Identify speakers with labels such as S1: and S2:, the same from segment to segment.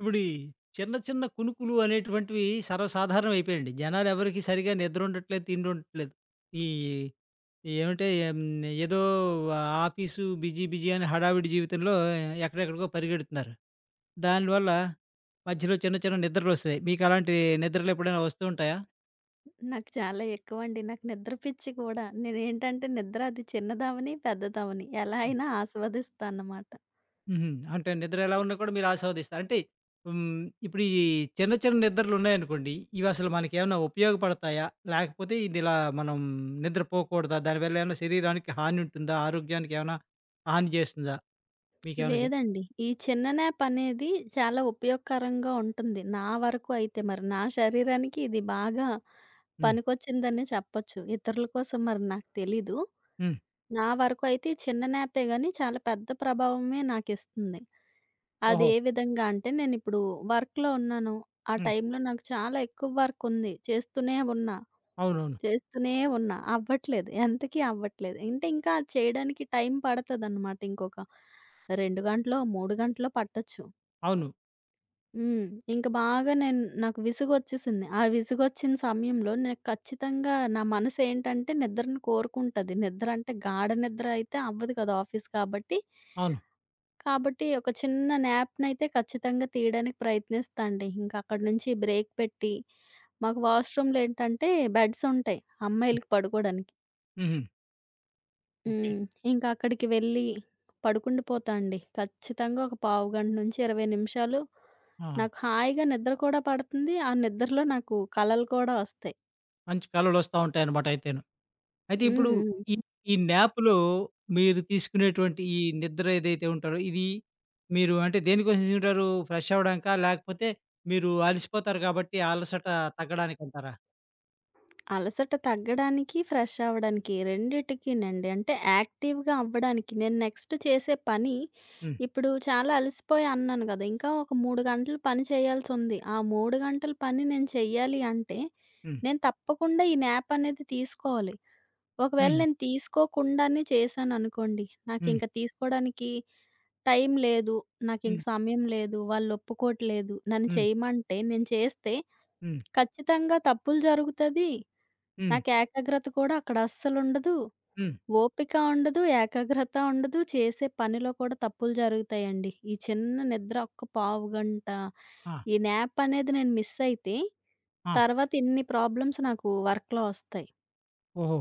S1: ఇప్పుడు ఈ చిన్న చిన్న కునుకులు అనేటువంటివి సర్వసాధారణం అయిపోయాయండి. జనాలు ఎవరికీ సరిగ్గా నిద్ర ఉండట్లేదు, తిండి ఉండట్లేదు. ఈ ఈ ఏమంటే ఎం ఏదో ఆఫీసు బిజీ బిజీ అని హడావిడి జీవితంలో ఎక్కడెక్కడికో పరిగెడుతున్నారు. దానివల్ల మధ్యలో చిన్న చిన్న నిద్రలొస్తున్నాయి. మీకు అలాంటి నిద్రలు ఎప్పుడైనా వస్తూ ఉంటాయా?
S2: నాకు చాలా ఎక్కువండి. నాకు నిద్ర పిచ్చి కూడా. నేనేంటంటే నిద్ర అది చిన్నదవని, పెద్దదవని ఎలా అయినా ఆస్వాదిస్తానన్నమాట.
S1: హుహు. అంటే నిద్ర ఎలా ఉన్నా కూడా మీరు ఆస్వాదిస్తారు. అంటే ఇప్పుడు ఈ చిన్న చిన్న నిద్రలున్నాయనుకోండి, ఇవసలు మనకేమన్నా ఉపయోగపడతాయా? లేకపోతే ఇదిలా మనం నిద్రపోకూడదా? దానివల్ల ఏమన్నా శరీరానికి హాని ఉంటుందా? ఆరోగ్యానికేమన్నా హాని చేస్తుందా? మీకేమన్నా చెప్
S2: లేదండి. ఈ చిన్న న్యాప్ అనేది చాలా ఉపయోగకరంగా ఉంటుంది. నా వరకు అయితే మరి నా శరీరానికి ఇది బాగా
S1: హ్మ్.
S2: పనికొచ్చిందనే చెప్పొచ్చు. ఇతరుల కోసం మరి నాకు తెలీదు.
S1: హ్మ్.
S2: నా వరకు అయితే ఈ చిన్న న్యాపే గాని చాలా పెద్ద ప్రభావమే నాకిస్తుంది. అది
S1: ఓహో!
S2: ఏ విధంగా అంటే నేనిప్పుడు వర్క్‌లో ఉన్నాను. ఆ
S1: హ్మ్.
S2: టైంలో నాకు చాలా ఎక్కువ వర్క్ ఉంది. చేస్తూనే ఉన్నా.
S1: అవునవును.
S2: అవ్వట్లేదు. ఎంతకీ అవ్వట్లేదు. అంటే ఇంకా అది చేయడానికి టైం పడతదనమాట. ఇంకొక 2 గంటలో, 3 గంటలో పట్టొచ్చు.
S1: అవును.
S2: హ్మ్. ఇంక బాగా నాకు విసుగొచ్చేసింది. ఆ విసుగొచ్చిన సమయంలో నేను ఖచ్చితంగా నా మనసేంటంటే నిద్రను కోరుకుంటది. నిద్ర అంటే గాఢ నిద్ర అయితే అవ్వదు కదా! ఆఫీస్ కాబట్టి.
S1: అవును.
S2: కాబట్టి ఒక చిన్న న్యాప్‌నయితే ఖచ్చితంగా తీయడానికి ప్రయత్నిస్తా అండి. ఇంకక్కడి నుంచి బ్రేక్ పెట్టి మాకు వాష్‌రూమ్‌లో ఏంటంటే బెడ్సుంటాయి అమ్మాయిలకి పడుకోడానికి.
S1: హుహు. ఓకే.
S2: హ్మ్. ఇంకా అక్కడికి వెళ్ళి పడుకుండిపోతా అండి. ఖచ్చితంగా ఒక పావుగంట నుంచి 20 నిమిషాలు
S1: ఆ!
S2: నాకు హాయిగా నిద్ర కూడా పడుతుంది. ఆ నిద్రలో నాకు కలలు కూడా ఒస్తాయి.
S1: మంచి కలలొస్తా ఉంటాయన్నమాట అయితేను. అయితే ఇప్పుడు
S2: హ్మ్. హ్మ్.
S1: ఈ ఈ నాప్‌లో మీరు తీసుకునేటువంటి ఈ నిద్ర ఏదైతే ఉంటారో, ఇది మీరు అంటే దేనికోసం తీసుకుంటారు? ఫ్రెష్ అవ్వడానికా? లేకపోతే మీరు అలసిపోతారు కాబట్టి ఆ అలసట తగ్గడానికంటారా?
S2: అలసట తగ్గడానికి, ఫ్రెష్ అవ్వడానికి రెండిటికినండి. అంటే యాక్టివ్‌గా అవ్వడానికి నేను నెక్స్ట్ చేసే పని
S1: హ్మ్.
S2: ఇప్పుడు చాలా అలసిపోయా అన్నాను గదా! ఇంకా ఒక 3 గంటలు పని చేయాల్సుంది. ఆ 3 గంటల పని నేను చెయ్యాలి అంటే
S1: హ్మ్.
S2: నేను తప్పకుండా ఈ న్యాప్ అనేది తీసుకోవాలి. ఒకవేళ
S1: హ్మ్.
S2: నేను తీసుకోకుండానే చేశాననుకోండి,
S1: హ్మ్.
S2: నాకింక తీసుకోడానికి టైం లేదు, నాకింక
S1: హ్మ్.
S2: సమయం లేదు, వాళ్ళొప్పుకోట్లేదు, నన్ను
S1: హ్మ్.
S2: చేయమంటే నేను చేస్తే
S1: హ్మ్.
S2: ఖచ్చితంగా తప్పులు జరుగుతది.
S1: హ్మ్.
S2: నాకు ఏకాగ్రత కూడా అక్కడ అస్సలుండదు.
S1: హ్మ్.
S2: ఓపిక ఉండదు, ఏకాగ్రత ఉండదు. చేసే పనిలో కూడా తప్పులు జరుగుతాయండి. ఈ చిన్న నిద్ర ఒక్క పావు గంట,
S1: ఆ!
S2: ఈ న్యాప్ అనేది నేను మిస్ అయితే
S1: ఆ!
S2: తర్వాత ఇన్ని ప్రాబ్లమ్స్ నాకు వర్క్‌లో ఒస్తాయి.
S1: ఓహో!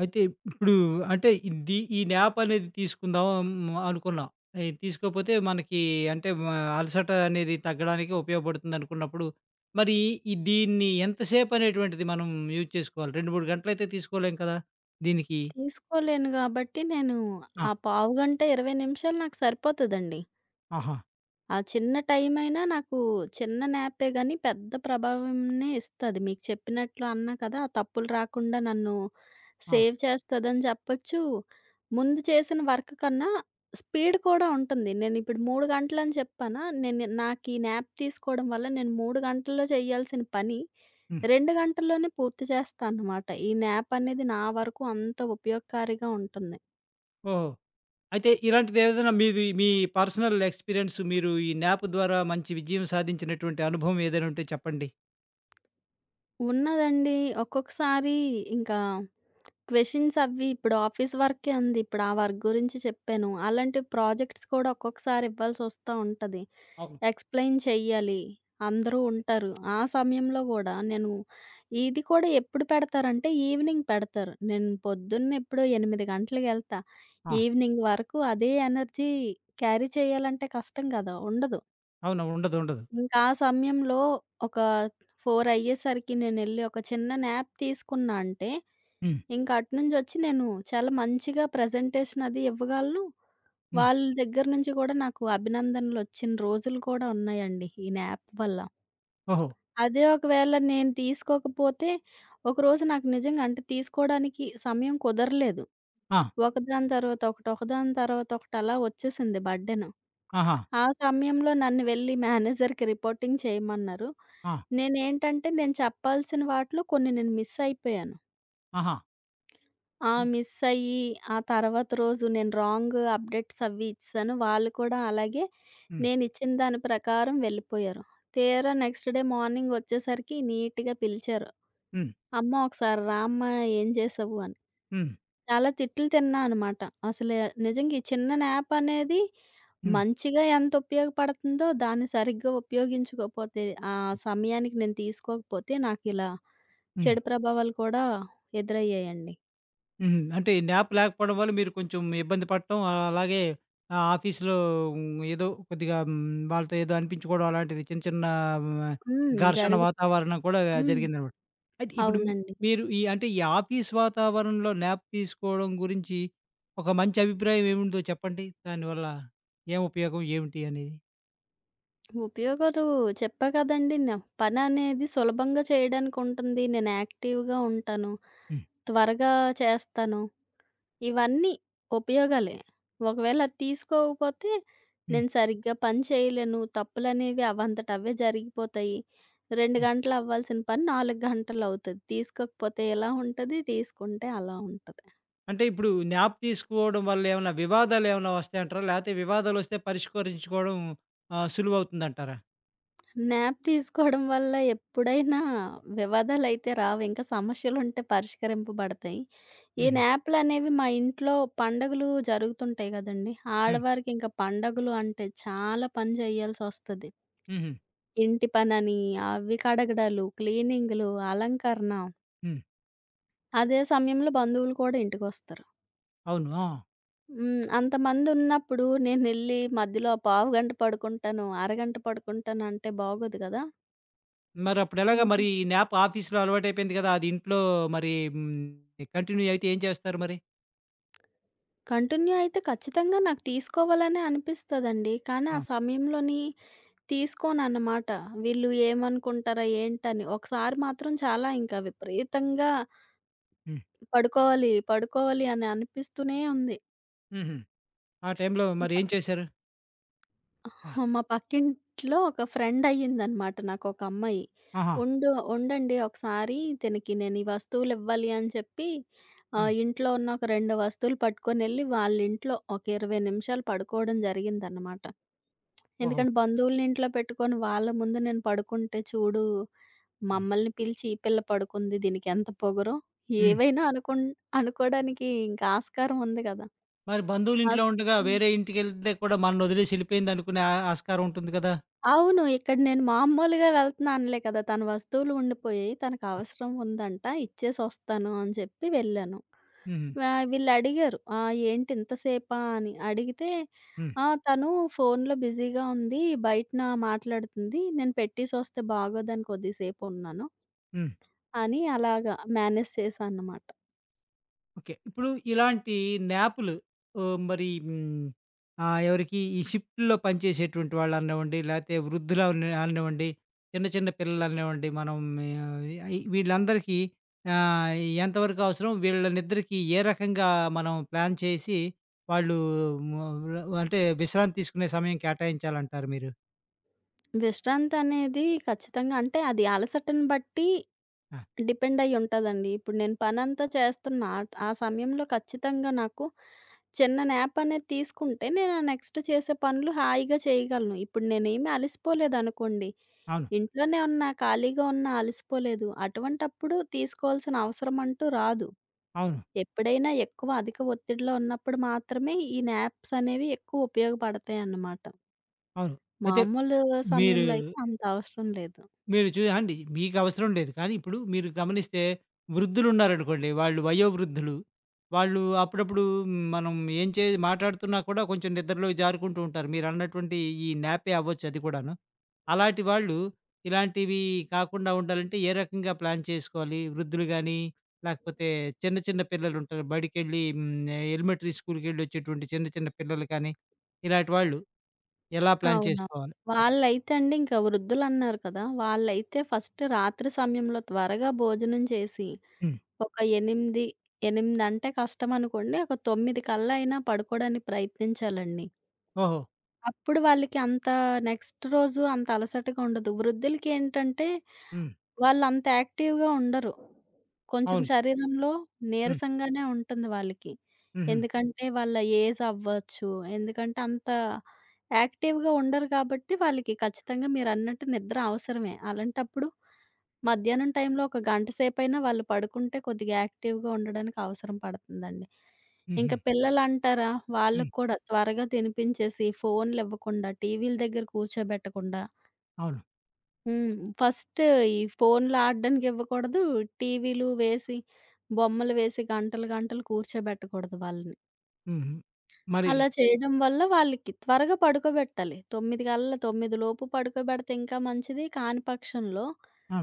S1: అయితే ఇప్పుడు అంటే ఇది ఈ న్యాప్ అనేది తీసుకుందాం హ్మ్, అనుకున్నాం. ఇది తీసుకోపోతే మనకి అంటే అలసట అనేది తగ్గడానికి ఉపయోగపడుతుందనుకున్నప్పుడు, మరి ఈ దీన్ని ఎంతసేపు అనేటువంటిది మనం యూజ్ చేసుకోవాలి? 2, 3 గంటలైతే తీసుకోలేం కదా! దీనికి.
S2: తీసుకోలేను గాబట్టి నేను
S1: ఆ!
S2: ఆ పావుగంట, 20 నిమిషాలు నాకు సరిపోతదండి.
S1: ఆహా!
S2: ఆ చిన్న టైమైనా నాకు చిన్న న్యాపే గానీ పెద్ద ప్రభావంనే ఇస్తది. మీకు చెప్పినట్లు అన్నా కదా! ఆ తప్పులు రాకుండా నన్ను
S1: ఆ!
S2: సేవ్ చేస్తదని చెప్పొచ్చు. ముందు చేసిన వర్క్ కన్నా స్పీడ్ కూడా ఉంటుంది. నేనిప్పుడు 3 గంటలని చెప్పానా? నేను నాకీ న్యాప్ తీసుకోవడం వల్ల నేను 3 గంటల్లో చేయాల్సిన పని
S1: హ్మ్.
S2: 2 గంటల్లోనే పూర్తి చేస్తా అన్నమాట. ఈ న్యాప్ అనేది నా వరకు అంత ఉపయోగకారిగా ఉంటుంది.
S1: ఓహో! అయితే ఇలాంటిది ఏదైనా మీది మీ పర్సనల్ ఎక్స్‌పీరియన్స్ మీరు ఈ న్యాప్ ద్వారా మంచి విజయం సాధించినటువంటి అనుభవం ఏదైనా ఉంటే చెప్పండి?
S2: ఉన్నదండి. ఒక్కొక్కసారి ఇంకా క్వెషన్స్ అవి ఇప్పుడు ఆఫీస్ వర్కే ఉంది. ఇప్పుడు ఆ వర్క్ గురించి చెప్పాను. అలాంటి ప్రాజెక్ట్స్ కూడా ఒక్కొక్కసారి ఇవ్వాల్సొస్తా ఉంటది.
S1: అవును.
S2: ఎక్స్‌ప్లెయిన్ చెయ్యాలి. అందరూ ఉంటారు. ఆ సమయంలో గూడా నేను ఇది కూడా ఎప్పుడు పెడతారంటే ఈవినింగ్ పెడతారు. నేను పొద్దున్న ఎప్పుడో 8 గంటలకెళ్తా.
S1: ఆ!
S2: ఈవినింగ్ వరకు అదే ఎనర్జీ క్యారీ చేయాలంటే కష్టం గదా! ఉండదు.
S1: అవునా? ఉండదు. ఉండదు.
S2: ఇంకా ఆ సమయంలో ఒక 4 అయ్యేసరికి నేనెళ్ళి ఒక చిన్న న్యాప్ తీసుకున్నా అంటే,
S1: హ్మ్.
S2: ఇంక అటునుంచొచ్చి నేను చాలా మంచిగా ప్రజెంటేషన్ అది ఇవ్వగలను.
S1: హ్మ్.
S2: వాళ్ళ దగ్గర నుంచి గూడా నాకు అభినందనలొచ్చిన రోజులు కూడా ఉన్నాయండి ఈ న్యాప్ వల్ల.
S1: ఓహో!
S2: అదే ఒకవేళ నేను తీసుకోకపోతే, ఒకరోజు నాకు నిజంగా అంటే తీసుకోడానికి సమయం కుదరలేదు.
S1: ఆ!
S2: ఒకదాని తర్వాత ఒకటి, ఒకదాని తర్వాత ఒకటి అలా వచ్చేసింది బర్డెన్.
S1: ఆహా!
S2: ఆ సమయంలో నన్ను వెళ్లి మేనేజర్‌కి రిపోర్టింగ్ చేయమన్నారు.
S1: ఆ!
S2: నేనేంటంటే నేను చెప్పాల్సిన వాటిలో కొన్ని నేను మిస్ అయిపోయాను.
S1: ఆహా!
S2: ఆ
S1: హ్మ్.
S2: మిస్ అయ్యి, ఆ తర్వాత రోజు నేను రాంగ్ అప్డేట్స్ అవి ఇచ్చేసాను. వాళ్ళు కూడా అలాగే
S1: హ్మ్.
S2: నేనిచ్చిన దాని ప్రకారం వెళ్ళిపోయారు. తీరా నెక్స్ట్ డే మార్నింగ్ వచ్చేసరికి నీట్‌గా పిలిచారు.
S1: హ్మ్.
S2: "అమ్మ ఒకసారి రామ్మా ఏం చేసావు" అని.
S1: హ్మ్.
S2: చాలా తిట్లు తిన్నా అనమాట. అసలే నిజంగా ఈ చిన్న న్యాప్ అనేది
S1: హ్మ్.
S2: మంచిగా ఎంత ఉపయోగపడుతుందో దాన్ని సరిగ్గా ఉపయోగించుకోకపోతే, ఆ సమయానికి నేను తీసుకోకపోతే నాకిలా
S1: హ్మ్.
S2: చెడు ప్రభావాలు కూడా ఎదురయ్యాయండి.
S1: హ్మ్. అంటే ఈ న్యాప్ లేకపోవడం వల్ల మీరు కొంచెం ఇబ్బంది పడటం, అలాగే ఆఫీస్‌లో హ్మ్. ఏదో కొద్దిగా హ్మ్. వాళ్ళతో ఏదో అనిపించుకోవడం అలాంటిది చిన్న చిన్న ఆహ్,
S2: హ్మ్.
S1: ఘర్షణ
S2: జరుగు
S1: వాతావరణం కూడా
S2: హ్మ్.
S1: జరిగిందనమాట. అయితే ఇప్పుడు
S2: అవునండి.
S1: మీరు ఈ అంటే ఈ ఆఫీస్ వాతావరణంలో న్యాప్ తీసుకోవడం గురించి ఒక మంచి అభిప్రాయం ఏముందో చెప్పండి? దానివల్ల ఏం ఉపయోగం ఏమిటి అనేది?
S2: ఉపయోగాలు చెప్పా కదండీ! పననేది సులభంగా చేయడానికుంటుంది. నేను యాక్టివ్‌గా ఉంటాను.
S1: హ్మ్.
S2: త్వరగా చేస్తాను. ఇవన్నీ ఉపయోగాలే. ఒకవేళ అది తీసుకోకపోతే
S1: హ్మ్.
S2: నేను సరిగ్గా పని చేయలేను. తప్పులనేవి అవంతట అవే జరిగిపోతాయి. 2
S1: హ్మ్.
S2: గంటలు అవ్వాల్సిన పని 4 గంటలవుతది. తీసుకోకపోతే ఎలా ఉంటది, తీసుకుంటే అలా ఉంటది.
S1: అంటే ఇప్పుడు న్యాప్ తీసుకోవడం వల్ల ఏమన్నా వివాదాలేమన్నా వస్తాయంటారా? లేతే వివాదాలొస్తే పరిష్కరించుకోవడం సులువవుతుందంటారా?
S2: న్యాప్ తీసుకోవడం వల్ల ఎప్పుడైనా వివాదాలైతే రావు. ఇంకా సమస్యలుంటే పరిష్కరింపబడతాయి. ఈ
S1: హుహు.
S2: న్యాప్‌లనేవి మా ఇంట్లో పండగలు జరుగుతుంటాయి గదండీ!
S1: హ్మ్.
S2: ఆడవారికింక పండగలు అంటే చాలా పని జేయాల్సొస్తది.
S1: హుహు.
S2: ఇంటి పనని, అవి కడగడాలు, క్లీనింగ్‌లు, అలంకరణ.
S1: హ్మ్.
S2: అదే సమయంలో బంధువులు కూడా ఇంటికొస్తారు.
S1: అవును. ఆ!
S2: హ్మ్. అంతమందున్నప్పుడు నేనెళ్ళి మధ్యలో పావుగంట పడుకుంటాను, అరగంట పడుకుంటాను అంటే బాగోదు గదా!
S1: మరప్పుడెలాగా
S2: ఇంక
S1: మరి ఈ న్యాప్ ఆఫీస్‌లో అలవాటయిపోయింది కదా! అది ఇంట్లో మరి హ్మ్, కంటిన్యూ అయితే ఏం చేస్తారు మరి?
S2: కంటిన్యూ అయితే ఖచ్చితంగా నాకు తీసుకోవాలనే అనిపిస్తదండి. కానీ
S1: ఆ!
S2: ఆ సమయంలోని తీసుకోనన్నమాట. వీళ్ళు ఏమనుకుంటారా ఏంటని. ఒకసారి మాత్రం చాలా ఇంకా విపరీతంగా
S1: హ్మ్.
S2: పడుకోవాలి అని అనిపిస్తూనే ఉంది.
S1: హుహు. ఆ టైంలో మరేం చేశారు? ఆ!
S2: మా పక్కింట్లో ఒక ఫ్రెండ్ అయ్యిందనమాట నాకు ఒక అమ్మాయి.
S1: ఆహా!
S2: ఉండు ఉండండి ఒకసారి తినకి నేను ఈ వస్తువులు ఇవ్వాలి అని చెప్పి
S1: హ్మ్.
S2: ఇంట్లో ఉన్న ఒక 2 వస్తువులు పట్టుకొనెళ్ళి వాళ్ళ ఇంట్లో ఒక 20 నిమిషాలు పడుకోవడం జరిగిందనమాట.
S1: ఓహో!
S2: ఎందుకంటే బంధువులని ఇంట్లో పెట్టుకొని వాళ్ళ ముందు నేను పడుకుంటే చూడు
S1: హ్మ్.
S2: మమ్మల్ని పిలిచి ఈ పిల్ల పడుకుంది దీనికి ఎంత పొగరో
S1: హ్మ్.
S2: ఏవైనా అనుకోవడానికి ఇంకా ఆస్కారం ఉంది గదా!
S1: మరి బంధువులింట్లో
S2: ఆస్
S1: ఉండగా
S2: హ్మ్.
S1: వేరే ఇంటికెళ్తే కూడా మననొదిలేసి యెళ్ళిపోయిందనుకునే ఆ ఆస్కారం ఉంటుంది కదా!
S2: అవును. ఇక్కడ నేను మామూలుగా వెళ్తున్నా అనలే కదా! తన వస్తువులు ఉండిపోయాయి. తనకు అవసరం ఉందంట. ఇచ్చేసొస్తాను అని చెప్పి వెళ్ళాను.
S1: హుహు.
S2: వీళ్ళడిగారు. "ఆ! ఏంటి ఇంతసేపా?" అని. అడిగితే
S1: హ్మ్.
S2: "ఆ! తను ఫోనులో బిజీగా ఉంది. బయటన మాట్లాడుతుంది. నేను పెట్టేసొస్తే బాగోదని కొద్దిసేపున్నాను"
S1: హ్మ్.
S2: అని అలాగా మేనేజ్ చేశా అన్నమాట.
S1: ఓకే. ఇప్పుడు ఇలాంటి న్యాప్‌లు మరి హ్మ్, ఎవరికి ఈ షిఫ్ట్‌ల్లో పనిచేసేటువంటి వాళ్ళనివ్వండి, లేతే వృద్ధులని అనివ్వండి, చిన్న చిన్న పిల్లలనివ్వండి, మనం ఆహ్, ఈ వీళ్ళందరికీ ఆహ్, ఎంతవరకు అవసరం? వీళ్ళనిద్దరికీ ఏ రకంగా మనం ప్లాన్ చేసి, వాళ్ళు ము అంటే విశ్రాంతి తీసుకునే సమయం కేటాయించాలంటారు మీరు?
S2: విశ్రాంతనేది ఖచ్చితంగా అంటే అది అలసటను బట్టి
S1: ఆ!
S2: డిపెండ్ అయ్యి ఉంటదండి. ఇప్పుడు నేను పనంతా చేస్తున్నా. ఆ సమయంలో ఖచ్చితంగా నాకు చిన్న న్యాప్ అనేది తీసుకుంటే, నేను ఆ నెక్స్ట్ చేసే పనులు హాయిగా చేయగలను. ఇప్పుడు నేనేమి అలసిపోలేదనుకోండి.
S1: అవును.
S2: ఇంట్లోనే ఉన్నా, ఖాళీగా ఉన్నా అలసిపోలేదు. అటువంటప్పుడు తీసుకోవాల్సిన అవసరం అంటూ రాదు.
S1: అవును.
S2: ఎప్పుడైనా ఎక్కువ అధిక ఒత్తిడిలో ఉన్నప్పుడు మాత్రమే ఈ న్యాప్స్ అనేవి ఎక్కువ ఉపయోగపడతాయన్నమాట.
S1: అవును. అయితే
S2: మామూలు
S1: మీరు
S2: సమయంలో అయితే అంత అవసరం లేదు.
S1: మీరు అండి మీకు అవసరం లేదు. కానీ ఇప్పుడు మీరు గమనిస్తే వృద్ధులున్నారనుకోండి, వాళ్ళు వయోవృద్ధులు. వాళ్ళు అప్పుడప్పుడు మనం ఏం మాట్లాడుతున్నా కూడా కొంచెం నిద్రలోకి జారుకుంటూ ఉంటారు. మీరన్నటువంటి ఈ న్యాపే అవ్వచ్చు అది కూడాను. అలాంటి వాళ్ళు ఇలాంటివి కాకుండా ఉండాలంటే ఏ రకంగా ప్లాన్ చేసుకోవాలి? వృద్ధులు గానీ, లేకపోతే చిన్న చిన్న పిల్లలుంటారు. బడికెళ్ళి హ్మ్, ఎలిమెంటరీ స్కూల్‌కెళ్ళొచ్చేటువంటి చిన్న చిన్న పిల్లలు కానీ, ఇలాంటి వాళ్ళు ఎలా ప్లాన్
S2: అవునా!
S1: చేసుకోవాలి?
S2: వాళ్ళైతే అండి ఇంకా వృద్ధులన్నారు కదా! వాళ్ళైతే ఫస్ట్ రాత్రి సమయంలో త్వరగా భోజనం చేసి,
S1: హ్మ్.
S2: ఒక 8, 8 అంటే కష్టమనుకోండి. ఒక 9 కల్లా అయినా పడుకోవడానికి ప్రయత్నించాలండి.
S1: ఓహో!
S2: అప్పుడు వాళ్ళకి అంత నెక్స్ట్ రోజు అంత అలసటగా ఉండదు. వృద్ధులకేంటంటే
S1: హ్మ్.
S2: వాళ్ళంత యాక్టివ్‌గా ఉండరు. కొంచెం
S1: అవును.
S2: శరీరంలో
S1: హ్మ్.
S2: నీరసంగానే ఉంటుంది వాళ్ళకి.
S1: హుహు.
S2: ఎందుకంటే వాళ్ళ ఏజ్ అవ్వచ్చు. ఎందుకంటే అంత యాక్టివ్‌గా ఉండరు కాబట్టి వాళ్ళకి ఖచ్చితంగా మీరన్నట్టు నిద్ర అవసరమే. అలాంటప్పుడు మధ్యాహ్నం టైంలో ఒక గంట సేపైనా వాళ్ళు పడుకుంటే కొద్దిగా యాక్టివ్‌గా ఉండడానికి అవసరం పడుతుందండి.
S1: హుహు.
S2: ఇంకా పిల్లలంటారా
S1: హ్మ్.
S2: వాళ్ళకి కూడా త్వరగా తినిపించేసి ఫోన్‌లివ్వకుండా, టీవీల దగ్గర కూర్చోబెట్టకుండా
S1: అవును.
S2: హ్మ్. ఫస్ట్ ఈ ఫోన్లు ఆడడానికి ఇవ్వకూడదు. టీవీలు వేసి, బొమ్మలు వేసి గంటలు గంటలు కూర్చోబెట్టకూడదు వాళ్ళని.
S1: హుహు. మరి
S2: అలా చేయడం వల్ల వాళ్ళకి త్వరగా పడుకోబెట్టాలి. 9 కల్లా 9 లోపు పడుకోబెడితే ఇంకా మంచిది. కాని పక్షంలో
S1: ఆ!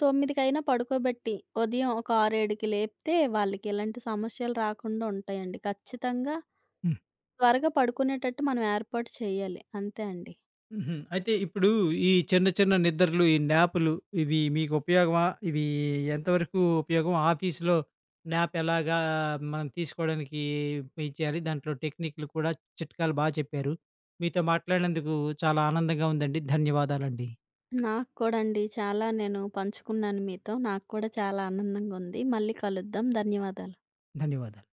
S2: 9కైనా పడుకోబెట్టి ఉదయం ఒక 6, 7కి లేపితే వాళ్ళకి ఎలాంటి సమస్యలు రాకుండా ఉంటాయండి. ఖచ్చితంగా
S1: హ్మ్.
S2: త్వరగా పడుకునేటట్టు మనం ఏర్పాటు చేయాలి. అంతే అండి.
S1: హుహు. అయితే ఇప్పుడు ఈ చిన్న చిన్న నిద్రలు, ఈ న్యాపులు ఇవి మీకు ఉపయోగమా? ఇవి ఎంతవరకు ఉపయోగం? ఆఫీస్‌లో న్యాప్ ఎలాగా మనం తీసుకోవడానికి ఇది చేయాలి? దాంట్లో టెక్నిక్‌లు కూడా చిట్కాలు చెప్పారు. మీతో మాట్లాడినందుకు చాలా ఆనందంగా ఉందండి. ధన్యవాదాలండి.
S2: నాకు కూడా అండి. చాలా నేను పంచుకున్నాను మీతో. నాకు కూడా చాలా ఆనందంగా ఉంది. మళ్ళీ కలుద్దాం. ధన్యవాదాలు.
S1: ధన్యవాదాలు.